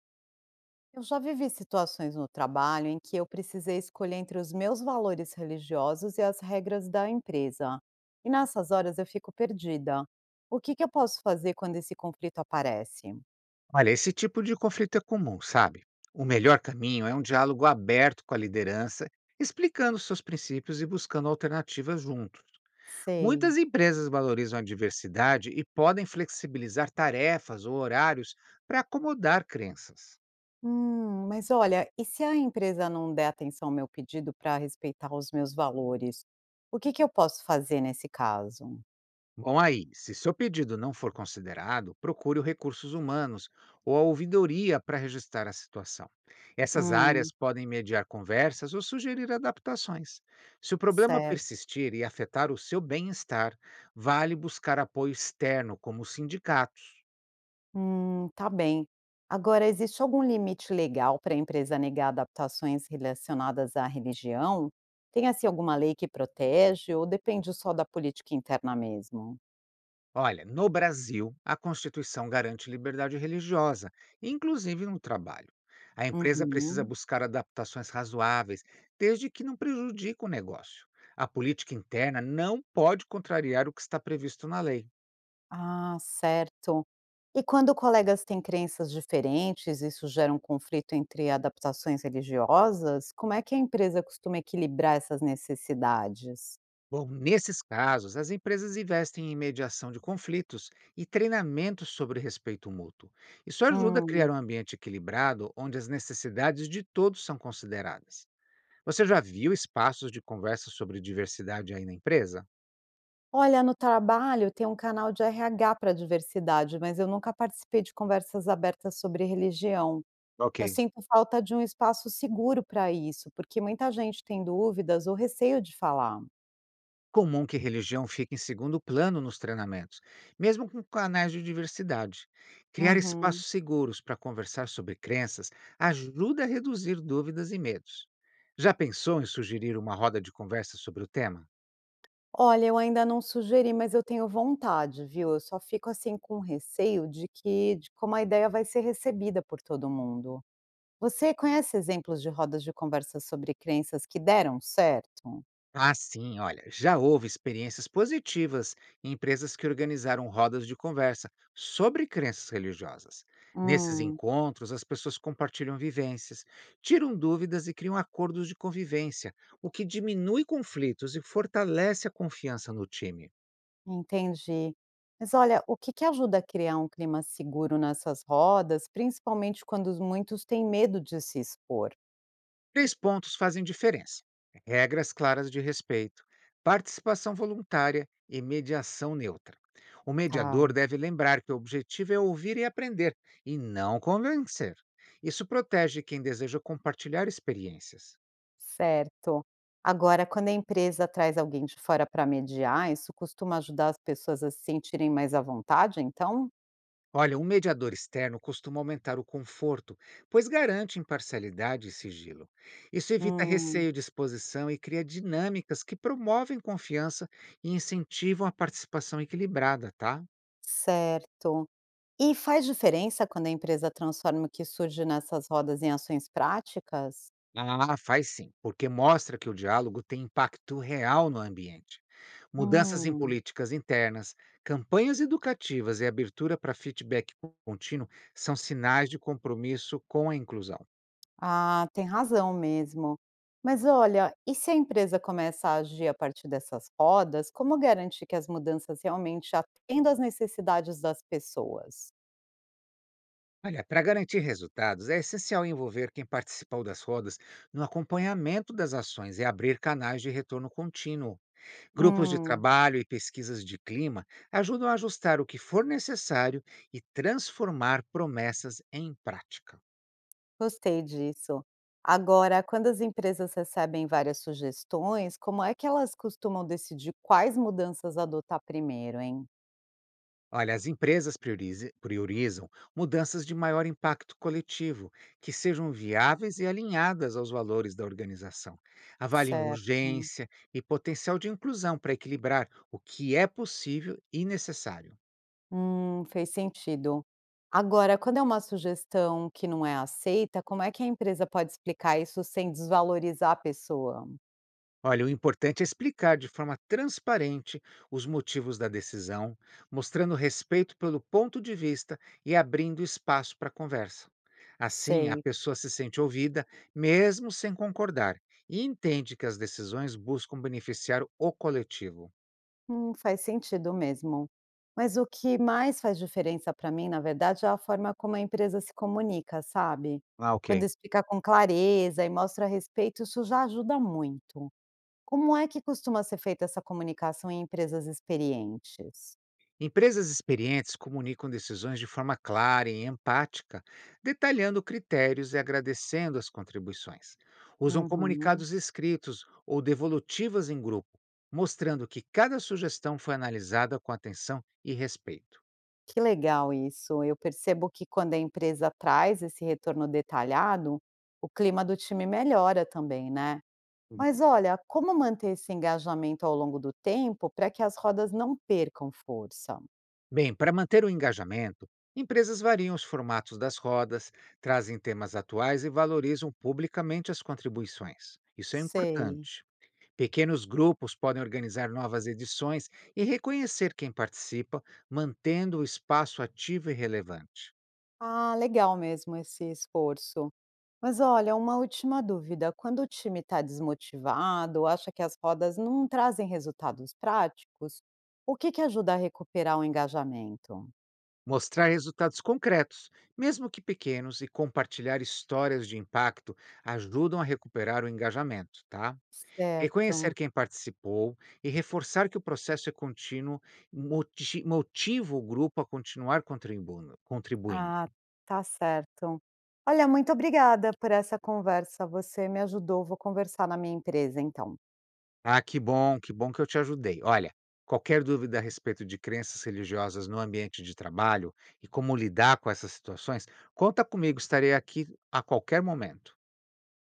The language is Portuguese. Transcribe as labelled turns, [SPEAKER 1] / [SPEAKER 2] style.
[SPEAKER 1] Eu já vivi situações no trabalho em que eu precisei escolher entre os meus valores religiosos e as regras da empresa. E nessas horas eu fico perdida. O que que eu posso fazer quando esse conflito aparece?
[SPEAKER 2] Olha, esse tipo de conflito é comum, sabe? O melhor caminho é um diálogo aberto com a liderança, explicando seus princípios e buscando alternativas juntos.
[SPEAKER 1] Sei.
[SPEAKER 2] Muitas empresas valorizam a diversidade e podem flexibilizar tarefas ou horários para acomodar crenças.
[SPEAKER 1] Mas olha, e se a empresa não der atenção ao meu pedido para respeitar os meus valores? O que que eu posso fazer nesse caso?
[SPEAKER 2] Bom, aí, se seu pedido não for considerado, procure o Recursos Humanos ou a ouvidoria para registrar a situação. Essas áreas
[SPEAKER 1] Hum,
[SPEAKER 2] podem mediar conversas ou sugerir adaptações. Se o problema
[SPEAKER 1] certo.
[SPEAKER 2] persistir e afetar o seu bem-estar, vale buscar apoio externo, como os sindicatos.
[SPEAKER 1] Tá bem. Agora, existe algum limite legal para a empresa negar adaptações relacionadas à religião? Tem assim alguma lei que protege ou depende só da política interna mesmo?
[SPEAKER 2] Olha, no Brasil, a Constituição garante liberdade religiosa, inclusive no trabalho. A empresa precisa
[SPEAKER 1] Uhum.
[SPEAKER 2] buscar adaptações razoáveis, desde que não prejudique o negócio. A política interna não pode contrariar o que está previsto na lei.
[SPEAKER 1] Ah, certo. E quando colegas têm crenças diferentes, isso gera um conflito entre adaptações religiosas? Como é que a empresa costuma equilibrar essas necessidades?
[SPEAKER 2] Bom, nesses casos, as empresas investem em mediação de conflitos e treinamentos sobre respeito mútuo. Isso ajuda a
[SPEAKER 1] Hum.
[SPEAKER 2] criar um ambiente equilibrado onde as necessidades de todos são consideradas. Você já viu espaços de conversa sobre diversidade aí na empresa?
[SPEAKER 1] Olha, no trabalho tem um canal de RH para diversidade, mas eu nunca participei de conversas abertas sobre religião. Eu
[SPEAKER 2] Ok.
[SPEAKER 1] sinto falta de um espaço seguro para isso, porque muita gente tem dúvidas ou receio de falar.
[SPEAKER 2] Comum que religião fique em segundo plano nos treinamentos, mesmo com canais de diversidade. Criar
[SPEAKER 1] Uhum.
[SPEAKER 2] espaços seguros para conversar sobre crenças ajuda a reduzir dúvidas e medos. Já pensou em sugerir uma roda de conversa sobre o tema?
[SPEAKER 1] Olha, eu ainda não sugeri, mas eu tenho vontade, viu? Eu só fico assim com receio de como a ideia vai ser recebida por todo mundo. Você conhece exemplos de rodas de conversa sobre crenças que deram certo?
[SPEAKER 2] Ah, sim, olha, já houve experiências positivas em empresas que organizaram rodas de conversa sobre crenças religiosas. Nesses
[SPEAKER 1] Hum.
[SPEAKER 2] encontros, as pessoas compartilham vivências, tiram dúvidas e criam acordos de convivência, o que diminui conflitos e fortalece a confiança no time.
[SPEAKER 1] Entendi. Mas olha, o que que ajuda a criar um clima seguro nessas rodas, principalmente quando os muitos têm medo de se expor?
[SPEAKER 2] Três pontos fazem diferença: regras claras de respeito, participação voluntária e mediação neutra. O
[SPEAKER 1] Tá.
[SPEAKER 2] mediador deve lembrar que o objetivo é ouvir e aprender, e não convencer. Isso protege quem deseja compartilhar experiências.
[SPEAKER 1] Certo. Agora, quando a empresa traz alguém de fora para mediar, isso costuma ajudar as pessoas a se sentirem mais à vontade, então?
[SPEAKER 2] Olha, um mediador externo costuma aumentar o conforto, pois garante imparcialidade e sigilo. Isso evita
[SPEAKER 1] Hum,
[SPEAKER 2] receio de exposição e cria dinâmicas que promovem confiança e incentivam a participação equilibrada, tá?
[SPEAKER 1] certo. E faz diferença quando a empresa transforma o que surge nessas rodas em ações práticas?
[SPEAKER 2] Ah, faz sim, porque mostra que o diálogo tem impacto real no ambiente. Mudanças em
[SPEAKER 1] Hum.
[SPEAKER 2] políticas internas, campanhas educativas e abertura para feedback contínuo são sinais de compromisso com a inclusão.
[SPEAKER 1] Ah, tem razão mesmo. Mas olha, e se a empresa começa a agir a partir dessas rodas, como garantir que as mudanças realmente atendam às necessidades das pessoas?
[SPEAKER 2] Olha, para garantir resultados, é essencial envolver quem participou das rodas no acompanhamento das ações e abrir canais de retorno contínuo. Grupos de
[SPEAKER 1] Hum,
[SPEAKER 2] trabalho e pesquisas de clima ajudam a ajustar o que for necessário e transformar promessas em prática.
[SPEAKER 1] gostei disso. Agora, quando as empresas recebem várias sugestões, como é que elas costumam decidir quais mudanças adotar primeiro, hein?
[SPEAKER 2] Olha, as empresas priorizam mudanças de maior impacto coletivo, que sejam viáveis e alinhadas aos valores da organização. Avaliam
[SPEAKER 1] Certo.
[SPEAKER 2] urgência e potencial de inclusão para equilibrar o que é possível e necessário.
[SPEAKER 1] Fez sentido. Agora, quando é uma sugestão que não é aceita, como é que a empresa pode explicar isso sem desvalorizar a pessoa?
[SPEAKER 2] Olha, o importante é explicar de forma transparente os motivos da decisão, mostrando respeito pelo ponto de vista e abrindo espaço para conversa. Assim, a
[SPEAKER 1] Sei.
[SPEAKER 2] pessoa se sente ouvida, mesmo sem concordar, e entende que as decisões buscam beneficiar o coletivo.
[SPEAKER 1] Faz sentido mesmo. Mas o que mais faz diferença para mim, na verdade, é a forma como a empresa se comunica, sabe?
[SPEAKER 2] Ah,
[SPEAKER 1] Quando
[SPEAKER 2] ok.
[SPEAKER 1] explica com clareza e mostra respeito, isso já ajuda muito. Como é que costuma ser feita essa comunicação em empresas experientes?
[SPEAKER 2] Empresas experientes comunicam decisões de forma clara e empática, detalhando critérios e agradecendo as contribuições. Usam
[SPEAKER 1] Uhum.
[SPEAKER 2] comunicados escritos ou devolutivas em grupo, mostrando que cada sugestão foi analisada com atenção e respeito.
[SPEAKER 1] Que legal isso. Eu percebo que quando a empresa traz esse retorno detalhado, o clima do time melhora também, né?
[SPEAKER 2] Uhum.
[SPEAKER 1] Mas olha, como manter esse engajamento ao longo do tempo para que as rodas não percam força?
[SPEAKER 2] Bem, para manter o engajamento, empresas variam os formatos das rodas, trazem temas atuais e valorizam publicamente as contribuições. Isso é
[SPEAKER 1] Sei.
[SPEAKER 2] importante. Pequenos grupos podem organizar novas edições e reconhecer quem participa, mantendo o espaço ativo e relevante.
[SPEAKER 1] Ah, legal mesmo esse esforço. Mas olha, uma última dúvida. Quando o time está desmotivado, acha que as rodas não trazem resultados práticos, o que que ajuda a recuperar o engajamento?
[SPEAKER 2] Mostrar resultados concretos, mesmo que pequenos, e compartilhar histórias de impacto ajudam a recuperar o engajamento, tá?
[SPEAKER 1] Certo.
[SPEAKER 2] Reconhecer quem participou e reforçar que o processo é contínuo motiva o grupo a continuar contribuindo.
[SPEAKER 1] Ah, tá certo. Olha, muito obrigada por essa conversa, você me ajudou, vou conversar na minha empresa então.
[SPEAKER 2] Ah, que bom que eu te ajudei. Olha, qualquer dúvida a respeito de crenças religiosas no ambiente de trabalho e como lidar com essas situações, conta comigo, estarei aqui a qualquer momento.